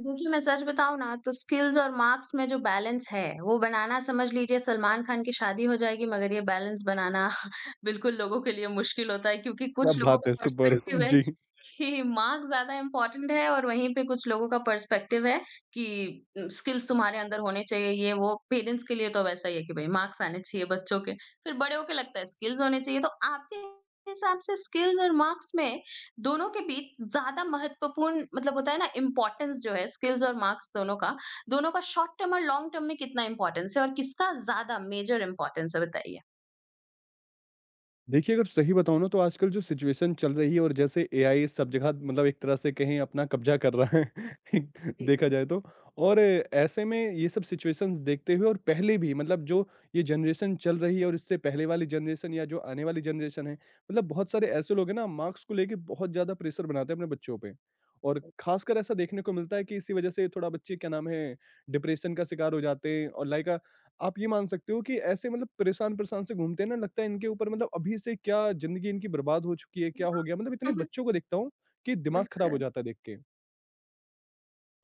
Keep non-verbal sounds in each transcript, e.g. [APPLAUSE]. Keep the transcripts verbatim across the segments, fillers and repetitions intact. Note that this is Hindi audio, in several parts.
देखिए, मैं सच बताऊँ ना तो स्किल्स और मार्क्स में जो बैलेंस है, वो बनाना समझ लीजिए सलमान खान की शादी हो जाएगी मगर ये बैलेंस बनाना [LAUGHS] बिल्कुल लोगों के लिए मुश्किल होता है क्योंकि क्या कुछ लोगों बात का है! सुपर [LAUGHS] पर्सपेक्टिव बिल्कुल। है जी। कि मार्क्स ज़्यादा इम्पोर्टेंट है और वहीं पे कुछ लोगों का पर्सपेक्टिव है कि उम, स्किल्स तुम्हारे अंदर होने चाहिए, ये वो। पेरेंट्स के लिए तो वैसा ही है कि भई मार्क्स आने चाहिए बच्चों के, फिर बड़े होके लगता है स्किल्स होने चाहिए। तो आपके हिसाब से स्किल्स और मार्क्स में दोनों के बीच ज़्यादा महत्वपूर्ण मतलब होता है ना इम्पोर्टेंस जो है स्किल्स और मार्क्स दोनों का, दोनों का शॉर्ट टर्म और लॉन्ग टर्म में कितना इम्पोर्टेंस है और किसका ज़्यादा मेजर इम्पोर्टेंस है बताइए? देखिए, अगर सही बताऊँ ना तो आजकल जो सिचुएशन चल रही है और जैसे एआई सब जगह मतलब एक तरह से कहें अपना कब्ज़ा कर रहा है, [LAUGHS] एक देखा जाए तो। और ऐसे में ये सब सिचुएशंस देखते हुए और पहले भी मतलब जो ये जनरेशन चल रही है और इससे पहले वाली जनरेशन या जो आने वाली जनरेशन है, मतलब बहुत सारे ऐसे लोग हैं ना मार्क्स को लेके बहुत ज़्यादा प्रेशर बनाते हैं अपने बच्चों पे। और ख़ासकर ऐसा देखने को मिलता है कि इसी वज़ह से थोड़ा बच्चे क्या नाम है, डिप्रेशन का शिकार हो जाते हैं और लाइक आप ये मान सकते हो कि ऐसे मतलब परेशान-परेशान से घूमते हैं ना, लगता है इनके ऊपर मतलब अभी से क्या ज़िंदगी इनकी बर्बाद हो चुकी है, क्या हो गया? मतलब इतने हुँ, बच्चों को देखता हूँ कि दिमाग खराब हो बिल्कुल। जाता है देख के।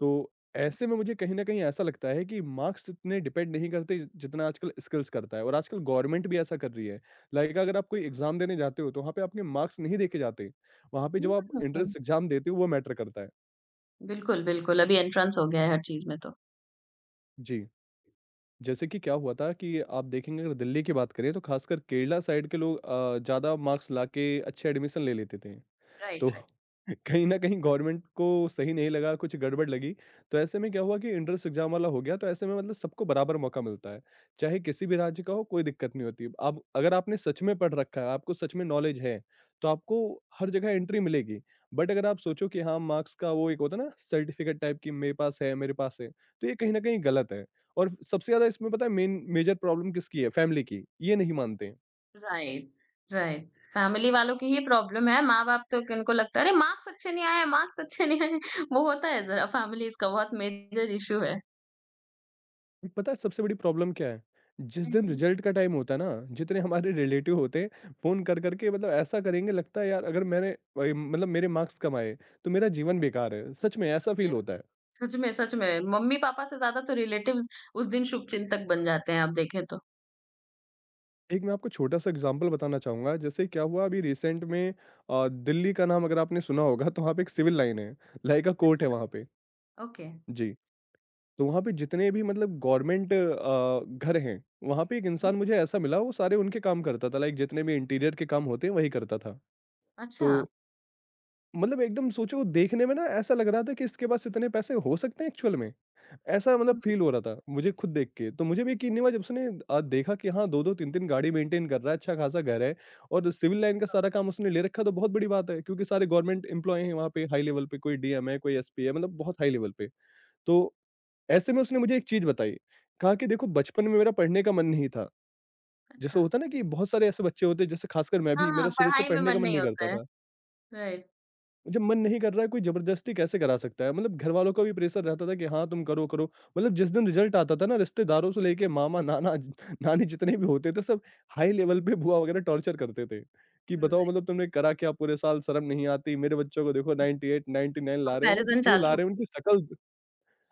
तो ऐसे में मुझे कहीं न कहीं ऐसा लगता है कि मार्क्स इतने डिपेंड नहीं करते जितना आजकल स्किल्स करता है और आजकल गवर्नमेंट भी ऐसा कर रही है। लाइक अगर आप कोई एग्ज़ाम देने जाते हो, तो वहाँ पे आपके मार्क्स नहीं देखे जाते। वहाँ पे हुँ, जब आप एंट्रेंस एग्ज़ाम देते हो, वो मैटर करता है। बिल्कुल, बिल्कुल, अभी एंट्रेंस हो गया है हर चीज़ में तो। जी। जैसे कि क्या हुआ था कि आप देखेंगे अगर दिल्ली की बात करें तो खासकर केरला साइड के लोग अ, ज़्यादा मार्क्स लाके अच्छे एडमिशन ले लेते थे। राइट, तो राइट, [LAUGHS] कहीं न कहीं गवर्नमेंट को सही नहीं लगा, कुछ गड़बड़ लगी, तो ऐसे में क्या हुआ कि एंट्रेंस एग्ज़ाम वाला हो गया, तो ऐसे में मतलब सबको बराबर मौका मिलता है। चाहे किसी भी राज्य का हो, कोई दिक्कत नहीं होती। अब अगर आपने सच में पढ़ रखा है, आपको सच में नॉलेज है, तो आपको हर जगह एंट्री मिलेगी। बट अगर आप सोचो कि हाँ, मार्क्स का वो एक होता है ना सर्टिफ़िकेट टाइप कि मेरे पास है, मेरे पास है, तो ये कहीं न कहीं गलत है। और सबसे ज़्यादा इसमें पता है मेन मेजर प्रॉब्लम किसकी है? फैमिली की। ये नहीं मानते। Right, right. फैमिली वालों की ही प्रॉब्लम है, माँ-बाप तो कि उनको लगता है अरे मार्क्स अच्छे नहीं आए, मार्क्स अच्छे नहीं आए, [LAUGHS] वो होता है ज़रा फैमिलीज़ का बहुत मेजर इश्यू है। पता है सबसे बड़ी प्रॉब्लम क्या है? जिस दिन हुँ। रिजल्ट का टाइम होता है ना, जितने हमारे रिलेटिव होते हैं, फ़ोन कर कर के मतलब ऐसा करेंगे लगता है यार अगर मैंने वही मतलब मेरे मार्क्स कम आए, तो मेरा जीवन बेकार है। सच में ऐसा फ़ील होता है। सच में, सच में। मम्मी-पापा से ज़्यादा तो रिलेटिव्स उस दिन शुभचिंतक बन जाते हैं, आप देखें तो। एक मैं आपको छोटा-सा एग्ज़ाम्पल बताना चाहूँगा, जैसे क्या हुआ अभी रिसेंट में अ, दिल्ली का नाम अगर आपने सुना होगा तो वहाँ पे एक सिविल लाइन है, लय का कोर्ट है अच्छा। वहाँ पे। ओके। जी, तो वहाँ पे जितने भी मतलब गवर्नमेंट अ, घर हैं, वहाँ पे एक हुँ। इंसान मुझे ऐसा मिला वो सारे उनके काम करता था लाइक जितने भी इंटीरियर के काम होते हैं वही करता था। तो अच्छा। मतलब एकदम सोचो देखने में ना ऐसा लग रहा था कि इसके पास इतने पैसे हो सकते हैं एक्चुअल में। ऐसा मतलब हुँ, फ़ील हो रहा था मुझे खुद देख के। तो मुझे भी यकीन नहीं हुआ जब उसने अ, देखा कि हाँ दो दो तीन तीन गाड़ी मेंटेन कर रहा है, अच्छा खासा घर है और सिविल लाइन का सारा काम उसने ले रखा तो बहुत बड़ी बात है क्योंकि सारे गवर्नमेंट एम्प्लॉयी हैं वहाँ पे हाई लेवल पे, कोई डीएम है, कोई एसपी है, मतलब बहुत हाई लेवल पे। तो ऐसे में उसने मुझे एक चीज़ बताई, कहा कि देखो बचपन में मेरा पढ़ने का मन नहीं था। जैसे अच्छा। होता है ना कि बहुत सारे ऐसे बच्चे होते हैं जैसे खासकर मैं हाँ, भी, हाँ, मेरा शुरू से पढ़ाई में पढ़ने का मन मन नहीं नहीं होता करता है। था। राइट। जब मन नहीं कर रहा है कोई जबरदस्ती कैसे करा सकता है? मतलब घरवालों का भी प्रेशर रहता था कि हाँ, तुम करो, करो। मतलब जिस दिन रिजल्ट आता था ना रिश्तेदारों से लेके मामा, नाना, ज- [LAUGHS] नानी जितने भी होते थे सब हाई लेवल पे बुआ वगैरह टॉर्चर करते थे, कि हुँ। बताओ राइट। मतलब तुमने करा क्या पूरे साल? शर्म नहीं आती? मेरे बच्चों को देखो अट्ठानवे, निन्यानवे ला रहे हो ना, कंपैरिज़न क्यों ला चालू। रहे हो? उनकी शकल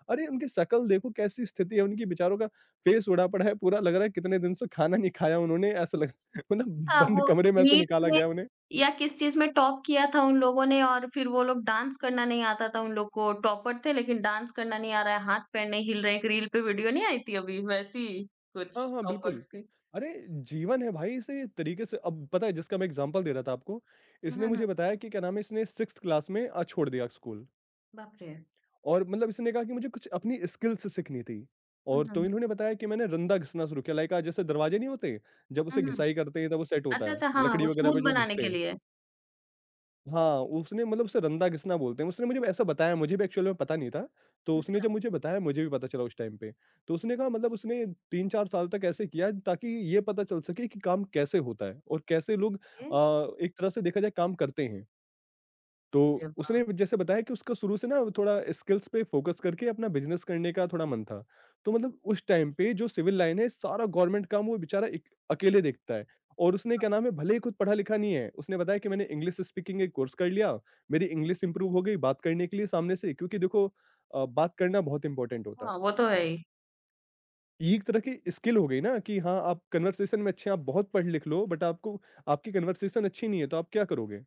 अरे! उनकी शकल देखो कैसी स्थिति है उनकी बेचारों का फेस उड़ा पड़ा है पूरा लग रहा है कितने दिन से खाना नहीं खाया उन्होंने ऐसा लग [LAUGHS] मतलब हाँ, बंद वो कमरे में से नीट निकाला में गया है उन्हें। या किस चीज़ में टॉप किया था उन लोगों ने और फिर वो लोग डांस करना नहीं आता था उन लोग को। टॉपर थे लेकिन डांस करना नहीं आ रहा है, हाथ-पैर नहीं हिल रहे हैं। एक रील पे वीडियो नहीं आई थी अभी, वैसी हाँ, कुछ हाँ, टॉपर्स बिल्कुल। की। अरे! जीवन है भाई इसे तरीके से अब पता है जिसका मैं एग्ज़ाम्पल दे रहा था आपको, हुँ, इसने हुँ, हुँ। मुझे बताया कि क्या नाम है इसने सिक्स्थ क्लास में अ, छोड़ दिया स्कूल बाप रे! और मतलब इसने कहा कि मुझे कुछ अपनी स्किल्स सीखनी थी हुँ, और हुँ, तो हुँ। इन्होंने बताया कि मैंने रंदा घिसना शुरू किया लाइक अ, जैसे दरवाजे नहीं होते, जब हुँ, उसे हुँ। घिसाई करते हैं तब वो सेट होता अच्छा, है, अच्छा, हाँ, लकड़ी वो वगैरह पे स्मूथ जो बनाने घिसते के हैं। लिए। हाँ, उसने मतलब उसे रंदा घिसना बोलते हैं। उसने मुझे ऐसा बताया, मुझे भी एक्चुअल में पता नहीं था। तो उसने अच्छा, जब मुझे बताया, मुझे भी पता चला उस टाइम पे। तो उसने कहा मतलब उसने तीन चार साल तक ऐसे किया ताकि ये पता चल सके कि काम कैसे होता है और कैसे लोग ओके। अ, एक तरह से देखा जाए काम करते हैं। तो अरे वाह! उसने जैसे बताया कि उसका शुरू से ना वो थोड़ा स्किल्स पे फ़ोकस करके अपना बिज़नेस करने का थोड़ा मन था। तो मतलब उस टाइम पे जो सिविल लाइन है सारा गवर्नमेंट काम वो बेचारा एक अकेले देखता है और उसने क्या नाम है भले ही खुद पढ़ा-लिखा नहीं है, उसने बताया कि मैंने इंग्लिश स्पीकिंग एक कोर्स कर लिया, मेरी इंग्लिश इम्प्रूव हो गई बात करने के लिए सामने से क्योंकि देखो अ, बात करना बहुत इंपॉर्टेंट होता है। हाँ, वो तो है ही। ये एक तरह की स्किल हो गई ना कि हाँ, आप कन्वर्सेशन में अच्छे हैं, आप बहुत पढ़ लिख लो बट आपको आपकी कन्वर्सेशन अच्छी नहीं है तो आप क्या करोगे?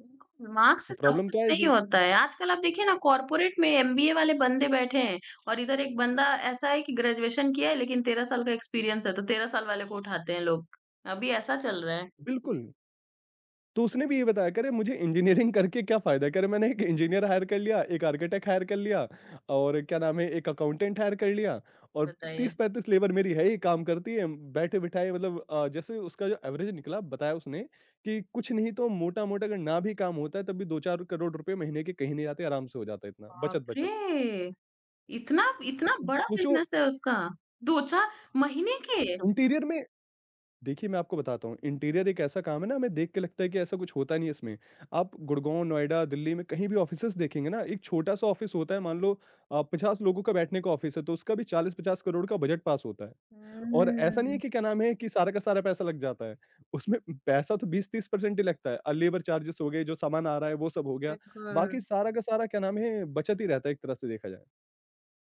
बिल्कुल, मार्क्स से तो सब प्रॉब्लम कुछ तो नहीं आएगी। होता है। आजकल आप देखिए ना कॉर्पोरेट में एमबीए वाले बंदे बैठे हैं और इधर एक बंदा ऐसा है कि ग्रेजुएशन किया है लेकिन तेरह साल का एक्सपीरियंस है, तो तेरह साल वाले को उठाते हैं लोग। अभी ऐसा चल रहा है, बिल्कुल। तो उसने भी ये बताया कह रहे मुझे इंजीनियरिंग करके क्या फ़ायदा है? कह रहे मैंने एक इंजीनियर हायर कर लिया, एक आर्किटेक्ट हायर कर लिया और क्या नाम है एक अकाउंटेंट हायर कर लिया और बताइए। तीस पैंतीस लेबर मेरी है ही काम करती है। बैठे-बिठाए मतलब अ, जैसे उसका जो एवरेज निकला बताया उसने कि कुछ नहीं तो मोटा-मोटा अगर ना भी काम होता है तब भी दो चार करोड़ रुपए महीने के कहीं नहीं जाते, आराम से हो जाता है इतना बाप बचत-बचत। रे! इतना इतना बड़ा सोचो बिज़नेस है उसका। दो चार महीने के? इंटीरियर में देखिए, मैं आपको बताता हूँ, इंटीरियर एक ऐसा काम है ना, हमें देख के लगता है कि ऐसा कुछ होता नहीं है इसमें। आप गुड़गाँव, नोएडा, दिल्ली में कहीं भी ऑफ़िसेज़ देखेंगे ना, एक छोटा-सा ऑफ़िस होता है, मान लो अ, पचास लोगों का बैठने का ऑफ़िस है, तो उसका भी चालीस पचास करोड़ का बजट पास होता है। और ऐसा नहीं है हुँ, कि क्या नाम है कि सारा का सारा पैसा लग जाता है। उसमें पैसा तो बीस-तीस परसेंट ही लगता है। अ, लेबर चार्जेस हो गए, जो सामान आ रहा है, वो सब हो गया। बिल्कुल। बाकी सारा का सारा क्या नाम है, बचत ही रहता है एक तरह से देखा जाए।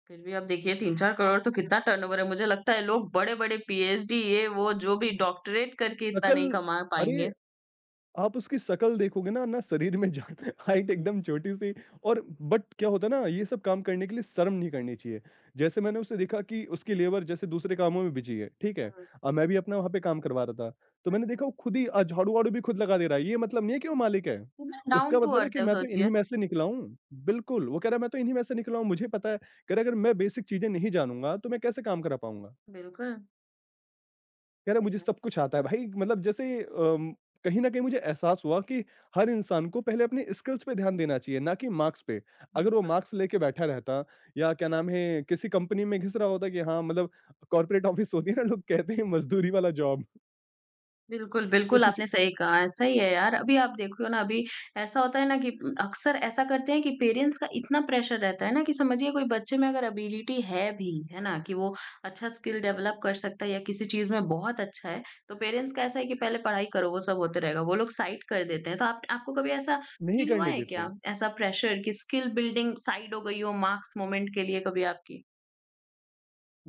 फिर भी आप देखिए तीन चार करोड़ तो कितना टर्नओवर है, मुझे लगता है लोग बड़े-बड़े पीएचडी ये वो जो भी डॉक्टरेट करके इतना नहीं नकल कमा पाएंगे। अरे आप उसकी शक्ल देखोगे ना, ना शरीर में जान [LAUGHS] हाइट एकदम छोटी-सी और बट क्या होता है ना, ये सब काम करने के लिए शर्म नहीं करनी चाहिए। जैसे मैंने उसे देखा कि उसकी लेबर जैसे दूसरे कामों में बिजी है, ठीक है? हुँ, अ, मैं भी अपना वहाँ पे काम करवा रहा था। तो मैंने अच्छा। देखा वो खुद ही अ, झाड़ू-वाड़ू भी खुद लगा दे रहा है। ये मतलब नहीं है कि वो मालिक है। कितना डाउन उसका टू मतलब है अर्थ कि है मैं तो सोचिए। इन्हीं में से निकला हूँ। बिल्कुल, वो कह रहा है मैं तो इन्हीं में से निकला हूँ, मुझे पता है। कह रहा है अगर मैं बेसिक चीज़ें नहीं जानूँगा, तो मैं कैसे काम करा पाऊँगा? बिल्कुल। यार सही मुझे में। सब कुछ आता है भाई, मतलब जैसे अम, कहीं न कहीं मुझे एहसास हुआ कि हर इंसान को पहले अपने स्किल्स पे ध्यान देना चाहिए, ना कि मार्क्स पे। अगर वो बिल्कुल। मार्क्स लेके बैठा रहता या क्या नाम है, किसी कंपनी में घिस रहा होता कि हाँ, मतलब कॉर्पोरेट ऑफिस होती है ना, लोग कहते हैं मज़दूरी वाला जॉब बिल्कुल, तो बिल्कुल, कुछ आपने सही कहा, ऐसा ही है यार। अभी आप देखो ना, अभी ऐसा होता है ना कि अक्सर ऐसा करते हैं कि पेरेंट्स का इतना प्रेशर रहता है ना कि समझिए कोई बच्चे में अगर एबिलिटी है भी, है ना? कि वो अच्छा स्किल डेवलप कर सकता है या किसी चीज़ में बहुत अच्छा है, तो पेरेंट्स का ऐसा है कि पहले पढ़ाई करो, वो सब होते रहेगा। वो लोग साइड कर देते हैं। तो आप आपको कभी ऐसा नहीं फील हुआ करने है देते क्या? हैं। ऐसा प्रेशर कि स्किल बिल्डिंग साइड हो गई हो मार्क्स मोमेंट के लिए कभी आपकी?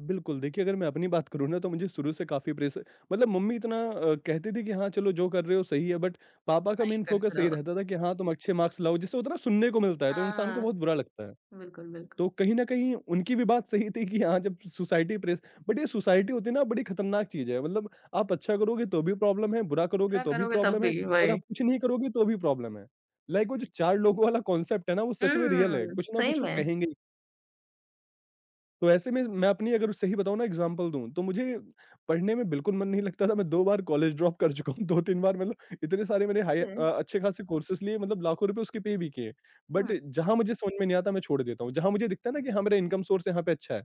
बिल्कुल, देखिए, अगर मैं अपनी बात करूँ ना, तो मुझे शुरू से काफ़ी प्रेशर, मतलब मम्मी इतना अ, कहती थी कि हाँ, चलो जो कर रहे हो सही है, बट पापा का पढ़ाई मेन करते फ़ोकस यही रहो। रहता था कि हाँ, तुम अच्छे मार्क्स लाओ, जिससे उतना सुनने को मिलता है तो इंसान को हाँ, बहुत बुरा लगता है। बिल्कुल, बिल्कुल। तो कहीं न कहीं उनकी भी बात सही थी कि हाँ, जब सोसाइटी प्रेस। बट ये सोसाइटी होती है ना, बड़ी खतरनाक चीज़ है। मतलब आप अच्छा करोगे तो भी प्रॉब्लम है, बुरा करोगे पूरा तो भी करोगे तब प्रॉब्लम है, भी, और वही। आप कुछ नहीं करोगे तो भी प्रॉब्लम है। लाइक वो जो चार लोगों वाला कॉन्सेप्ट है ना, वो सच में रियल है। हुँ, कुछ ना सही कुछ वो में। कहेंगे। तो ऐसे में मैं अपनी, अगर सही बताऊँ ना एग्ज़ाम्पल दूँ, तो मुझे पढ़ने में बिल्कुल मन नहीं लगता था। मैं दो बार कॉलेज ड्रॉप कर चुका हूँ, दो तीन बार मतलब। इतने सारे मैंने हाई अ, हुँ, अच्छे खासे कोर्सेज़ लिए, मतलब लाखों रुपए उसके पे भी किए। बट हुँ, जहाँ मुझे समझ में नहीं आता, मैं छोड़ देता हूँ। जहाँ मुझे दिखता है ना कि हाँ, मेरा इनकम सोर्स यहाँ पे अच्छा है,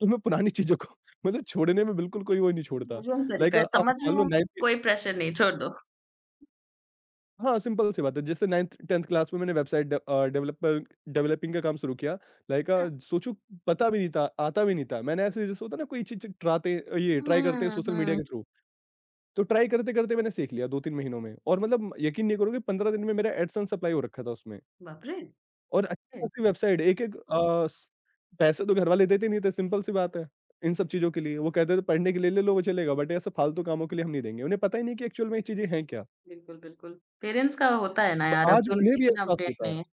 तो मैं पुरानी चीज़ों को [LAUGHS] मतलब छोड़ने में बिल्कुल कोई वो नहीं छोड़ता। गज़ब लाइक तरीका है, आप समझ में मान लो आया, नौवीं। कोई प्रेशर नहीं, छोड़ दो। हाँ, सिंपल सी बात है। जैसे नाइंथ टेंथ क्लास में मैंने website the uh, developer developing का काम शुरू किया। लाइक अच्छा। अ, सोचो, पता भी नहीं था, आता भी नहीं था। मैंने ऐसे, जैसे होता है ना कोई चीज़ ट्राते ये हुँ, ट्राई करते हैं हुँ, सोशल मीडिया हुँ, के थ्रू। तो ट्राई करते-करते मैंने सीख लिया दो तीन महीनों में। और मतलब यकीन नहीं करोगे, पंद्रह दिन में मेरा एडसेंस सप्लाई हो रखा था उसमें। बाप रे! और है, अच्छी-खासी वेबसाइट एक-एक अ, स पैसे तो घर वाले देते नहीं थे, सिंपल सी बात है। इन सब चीज़ों के लिए वो कहते थे, पढ़ने के लिए ले लो वो चलेगा, बट ऐसे फालतू कामों के लिए हम नहीं देंगे। उन्हें पता ही नहीं कि एक्चुअल में ये चीज़ें हैं क्या? बिल्कुल, बिल्कुल। पेरेंट्स का होता है ना तो यार, आज अभी उन उन्हें भी इतना एहसास अपडेट होता है। नहीं है।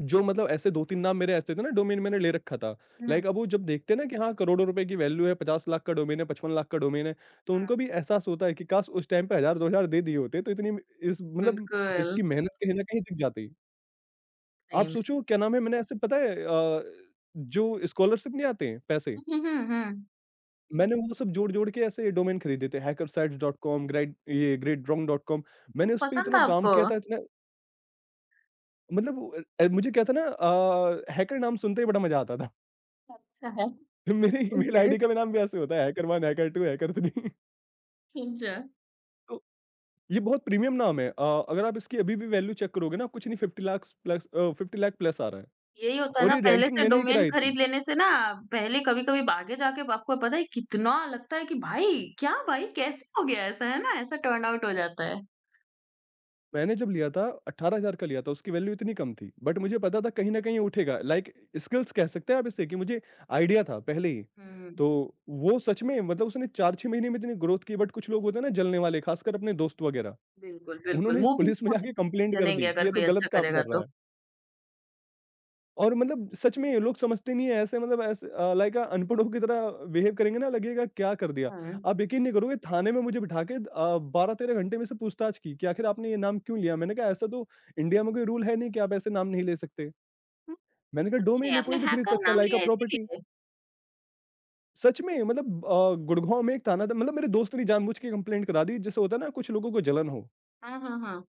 जो मतलब ऐसे दो तीन नाम मेरे ऐसे थे ना, डोमेन मैंने ले रखा था। हुँ, लाइक अब वो जब देखते हैं ना कि हाँ, करोड़ों रुपए की वैल्यू है, पचास लाख का डोमेन है, पचपन लाख का डोमेन है, तो उनको भी एहसास होता है कि काश उस टाइम पे हज़ार-दो हज़ार दे दिए होते तो इतनी इस मतलब बिल्कुल, इसकी मेहनत कहीं न कहीं दिख जाती। सही आप में। सोचो, क्या नाम है, मैंने ऐसे पता है अ, जो स्कॉलरशिप नहीं आते हैं पैसे, हुँ, हुँ, हुँ, मैंने वो सब जोड़-जोड़ के ऐसे डोमेन खरीदे थे, हैकरसाइट्स डॉट कॉम, ग्रेड ये ग्रेट रॉंग डॉट कॉम। हुँ, मैंने उसपे पसंद था इतना काम आपको? किया था, इतना मतलब अ, मुझे क्या था ना, अ, हैकर नाम सुनते ही बड़ा मज़ा आता था। अच्छा है, [LAUGHS] मेरे ईमेल ओके, आईडी का भी नाम भी ऐसे होता है, hacker one, hacker two, hacker three. [LAUGHS] अच्छा। तो ये बहुत प्रीमियम नाम है, अ, अगर आप इसकी अभी भी वैल्यू चेक करोगे ना, कुछ नहीं पचास लाख प्लस, अ, पचास लाख प्लस आ रहा है। यही होता है और ना, ये पहले रैंकिंग से मैंने ही डोमेन कराई थी। खरीद लेने से ना, पहले कभी-कभी आगे जाके आपको पता है कितना लगता है कि भाई, क्या भाई, कैसे हो गया ऐसा, है ना? ऐसा टर्न आउट हो जाता है। मैंने जब लिया था, अठारह हज़ार का लिया था, उसकी वैल्यू इतनी कम थी। बट मुझे पता था कहीं न कहीं ये उठेगा। लाइक स्किल्स कह सकते हैं आप इसे कि मुझे आइडिया था पहले ही। हुँ। तो वो सच में, मतलब उसने चार छह महीने में इतनी ग्रोथ की, बट कुछ लोग होते हैं ना जलने वाले, खासकर अपने दोस्त वगैरह, बिल्कुल, बिल्कुल। उन्होंने मूवमेंट पुलिस में होंगे, जाके कंप्लेंट कर चलेंगे दी कि अगर ये तो कोई गलत अच्छा काम करेगा कर रहा है। तो। और मतलब सच में ये लोग समझते नहीं है, ऐसे मतलब ऐसे अ, लाइक अ, अनपढ़ों की तरह बिहेव करेंगे ना, लगेगा क्या कर दिया। हुँ। आप यकीन नहीं करोगे, थाने में मुझे बिठा के अ, बारह तेरह घंटे में से पूछताछ की कि आखिर आपने ये नाम क्यों लिया? मैंने कहा, ऐसा तो इंडिया में कोई रूल है नहीं कि आप ऐसे नाम नहीं ले सकते। हुँ, मैंने कहा, सोचिए डोमेन है, आपने कोई भी खरीद हैकर सकता है, नाम लाइक अ लिया प्रॉपर्टी। इसीलिए? सच में, मतलब अ, गुड़गाँव में एक थाना था, मतलब मेरे दोस्त ने जानबूझ के कंप्लेंट करा दी, जैसे होता है ना कुछ लोगों को जलन हो। हाँ, हाँ, हाँ।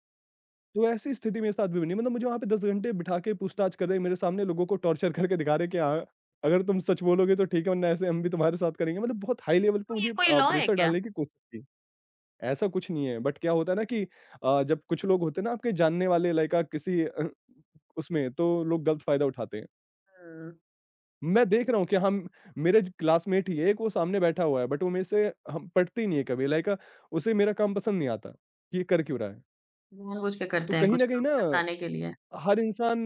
तो ऐसी स्थिति मेरे साथ भी बनी, मतलब मुझे वहाँ पे दस घंटे बिठा के पूछताछ कर रहे हैं, मेरे सामने लोगों को टॉर्चर करके दिखा रहे हैं कि हाँ, अगर तुम सच बोलोगे तो ठीक है, वरना ऐसे हम भी तुम्हारे साथ करेंगे। मतलब बहुत हाई लेवल पे तो ये मुझे कोई अ, लॉ है प्रेशर क्या? डालने की कोशिश की। ऐसा कुछ नहीं है, बट क्या होता है ना कि अ, जब कुछ लोग होते हैं ना आपके जानने वाले, लाइक अ, किसी अ, उसमें तो लोग गलत फायदा उठाते हैं। हुँ, मैं देख रहा हूँ कि हम मेरे ज क्लासमेट ही है एक, वो सामने बैठा हुआ है, बट वो मेरे से हम पटती नहीं है कभी, लाइक अ, उसे मेरा काम पसंद नहीं आता कि ये कर क्यों रहा है? जानबूझ के तो करते हैं कहीं कुछ न कहीं लोग ना फँसाने के लिए। हर इंसान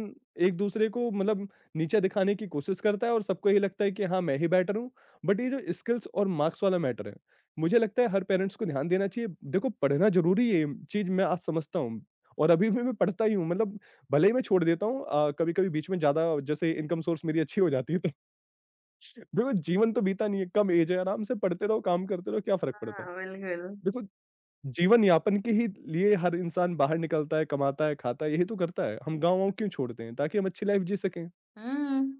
एक-दूसरे को, मतलब नीचा दिखाने की कोशिश करता है, और सबको ये लगता है कि हाँ, मैं ही बेटर हूँ। बट ये जो स्किल्स और मार्क्स वाला मैटर है, मुझे लगता है हर पेरेंट्स को ध्यान देना चाहिए। देखो, पढ़ना ज़रूरी है, ये चीज़ मैं आज समझता हूँ और अभी भी मैं पढ़ता ही हूँ। मतलब भले ही मैं छोड़ देता हूँ अ, कभी-कभी बीच में, ज़्यादा जैसे इनकम सोर्स मेरी अच्छी हो जाती है तो [LAUGHS] देखो, जीवन तो बीता नहीं है, कम एज है, आराम से पढ़ते रहो, काम करते रहो, क्या फ़र्क पड़ता है? हाँ, बिल्कुल। देखो, जीवन यापन के ही लिए हर इंसान बाहर निकलता है, कमाता है, खाता है, यही तो करता है। हम गाँव-वाँव क्यों छोड़ते हैं? ताकि हम अच्छी लाइफ़ जी सकें। हुँ।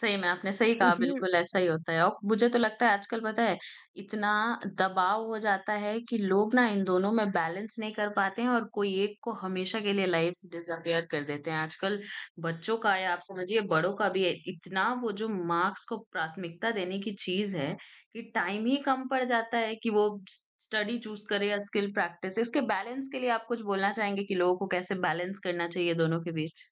सही में, आपने सही तो कहा, इसलिए बिल्कुल ऐसा ही होता है और मुझे तो लगता है आजकल पता है, इतना दबाव हो जाता है कि लोग ना इन दोनों में बैलेंस नहीं कर पाते हैं और कोई एक को हमेशा के लिए लाइफ़ से डिसअपियर कर देते हैं। आजकल बच्चों का या आप समझिए बड़ों का भी इतना वो जो मार्क्स को प्राथमिकता देने की चीज़ है, कि टाइम ही कम पड़ जाता है कि वो स स्टडी चूज़ करे या स्किल प्रैक्टिस। इसके बैलेंस के लिए आप कुछ बोलना चाहेंगे कि लोगों को कैसे बैलेंस करना चाहिए दोनों के बीच?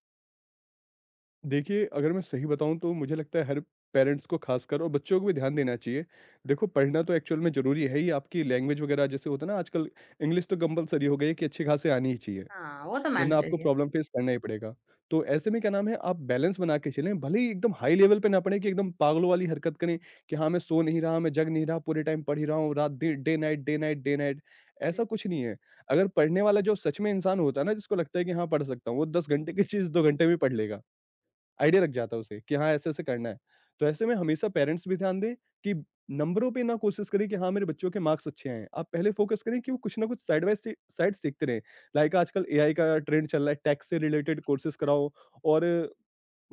देखिए, अगर मैं सही बताऊँ तो मुझे लगता है हर पेरेंट्स को खासकर, और बच्चों को भी ध्यान देना चाहिए। देखो, पढ़ना तो एक्चुअल में ज़रूरी है ही, आपकी लैंग्वेज वगैरह, जैसे होता है ना आजकल इंग्लिश तो कंपल्सरी हो गई है कि अच्छी-खासी आनी ही चाहिए। हाँ, वो तो वरना आपको मैंडेटरी है। प्रॉब्लम फेस करना ही पड़ेगा। तो ऐसे में क्या नाम है, आप बैलेंस बना के चलें, भले ही एकदम हाई लेवल पे ना पड़े कि एकदम पागलों वाली हरकत करें कि हाँ, मैं सो नहीं रहा, मैं जग नहीं रहा, पूरे टाइम पढ़ ही रहा हूँ, रात day day night day night day night. ऐसा कुछ नहीं है। अगर पढ़ने वाला जो सच में इंसान होता है ना, जिसको लगता है कि हाँ, पढ़ सकता हूँ, वो दस घंटे की चीज़ दो घंटे में पढ़ लेगा। आइडिया लग जाता है उसे कि हाँ, ऐसे-ऐसे करना है। तो ऐसे में हमेशा पेरेंट्स भी ध्यान दें कि नंबरों पे ना कोशिश करें कि हाँ, मेरे बच्चों के मार्क्स अच्छे आएँ। आप पहले फ़ोकस करें कि वो कुछ ना कुछ साइड बाय सी साइड सीखते रहें। लाइक आजकल एआई का ट्रेंड चल रहा है, टैक्स से रिलेटेड कोर्सेज़ कराओ। और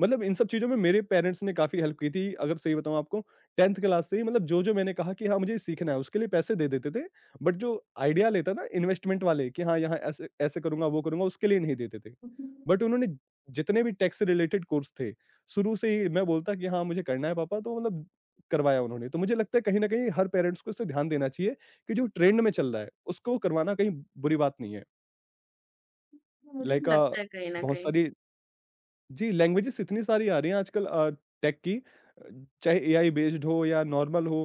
मतलब इन सब चीज़ों में मेरे पेरेंट्स ने काफ़ी हेल्प की थी। अगर सही बताऊँ आपको, टेंथ क्लास से ही, मतलब जो-जो मैंने कहा कि हाँ मुझे सीखना है, उसके लिए पैसे दे देते थे। बट जो आइडिया लेता था इन्वेस्टमेंट वाले कि हाँ, यहाँ ऐसे ऐसे करूँगा, वो करूँगा, उसके लिए नहीं देते थे। जी। बट उन्होंने जितने भी टैक्स से रिलेटेड कोर्स थे, शुरू से ही मैं बोलता कि हाँ, मुझे करना है पापा, तो मतलब करवाया उन्होंने। तो मुझे लगता है कहीं न कहीं हर पेरेंट्स को इस पे ध्यान देना चाहिए कि जो ट्रेंड में चल रहा है, उसको करवाना कहीं बुरी बात नहीं है। मुझे भी लाइक अ, लगता है कहीं न बहुत कहीं, सारी जी, लैंग्वेजेज़ इतनी सारी आ रही हैं आजकल, अ, टेक की, अ, चाहे एआई बेस्ड हो या नॉर्मल हो,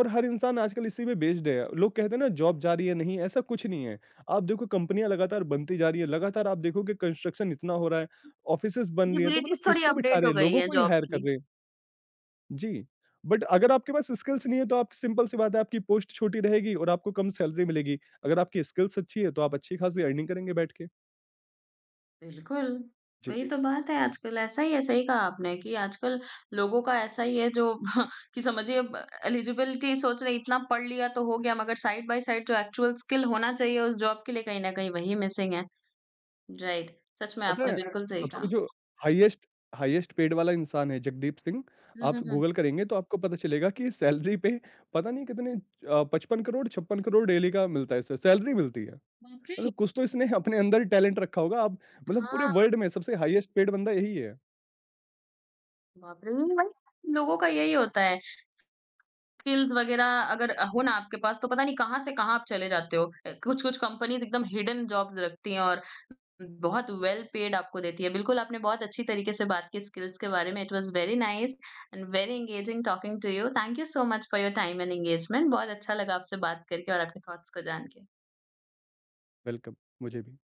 और हर इंसान आजकल इसी में बेस्ड है। लोग कहते हैं ना जॉब जा रही है, नहीं, ऐसा कुछ नहीं है। आप देखो, कंपनियाँ लगातार बनती जा रही है, लगातार आप देखोगे कंस्ट्रक्शन इतना हो रहा है, ऑफिसेज़ बन रही है, तो मतलब एलिजिबिलिटीज़ थोड़ी किसको बिठा अपडेट रहे हो हैं? गई लोगों है को ही जॉब हायर कर की। रहे हैं। जी, बट अगर आपके पास स्किल्स नहीं है तो आप, सिंपल सी बात है, आपकी पोस्ट छोटी रहेगी और आपको कम सैलरी मिलेगी। अगर आपकी स्किल्स अच्छी है तो आप अच्छी खासी अर्निंग करेंगे बैठ के। बिल्कुल, जी। वही जी। तो बात है आजकल ऐसा ही है, सही कहा आपने कि आजकल लोगों का ऐसा ही है जो [LAUGHS] कि समझिए अब एलिजिबिलिटी सोच रहे इतना पढ़ लिया तो हो गया मगर साइड बाय साइड जो एक्चुअल स्किल होना चाहिए उस जॉब के लिए कहीं न कहीं वही मिसिंग है। राइट, सच में पता आपने है, बिल्कुल सही सबसे कहा। जो हाईएस्ट हाईएस्ट पेड वाला इंसान है, जगदीप सिंह। [LAUGHS] हुँ, हुँ, आप हुँ। गूगल करेंगे तो आपको पता चलेगा कि सैलरी पे पता नहीं कितने, अ, पचपन करोड़, छप्पन करोड़ डेली का मिलता है इसे, सैलरी मिलती है। बाप रे! मतलब कुछ तो इसने अपने अंदर टैलेंट रखा होगा, आप, मतलब पूरे हाँ, वर्ल्ड में सबसे हाईएस्ट पेड बंदा यही है। बाप रे! वही लोगों का यही होता है स्किल्स वगैरह अगर हो ना आपके पास तो पता नहीं कहाँ से कहाँ आप चले जाते हो। अ, कुछ-कुछ कंपनीज़ एकदम हिडन जॉब्स रखती हैं और बहुत वेल पेड आपको देती है। बिल्कुल आपने बहुत अच्छी तरीके से बात की स्किल्स के बारे में। It was very nice and very engaging talking to you. Thank you so much for your time and engagement. बहुत अच्छा लगा आपसे बात करके और आपके थॉट्स को जान के। वेलकम, मुझे भी।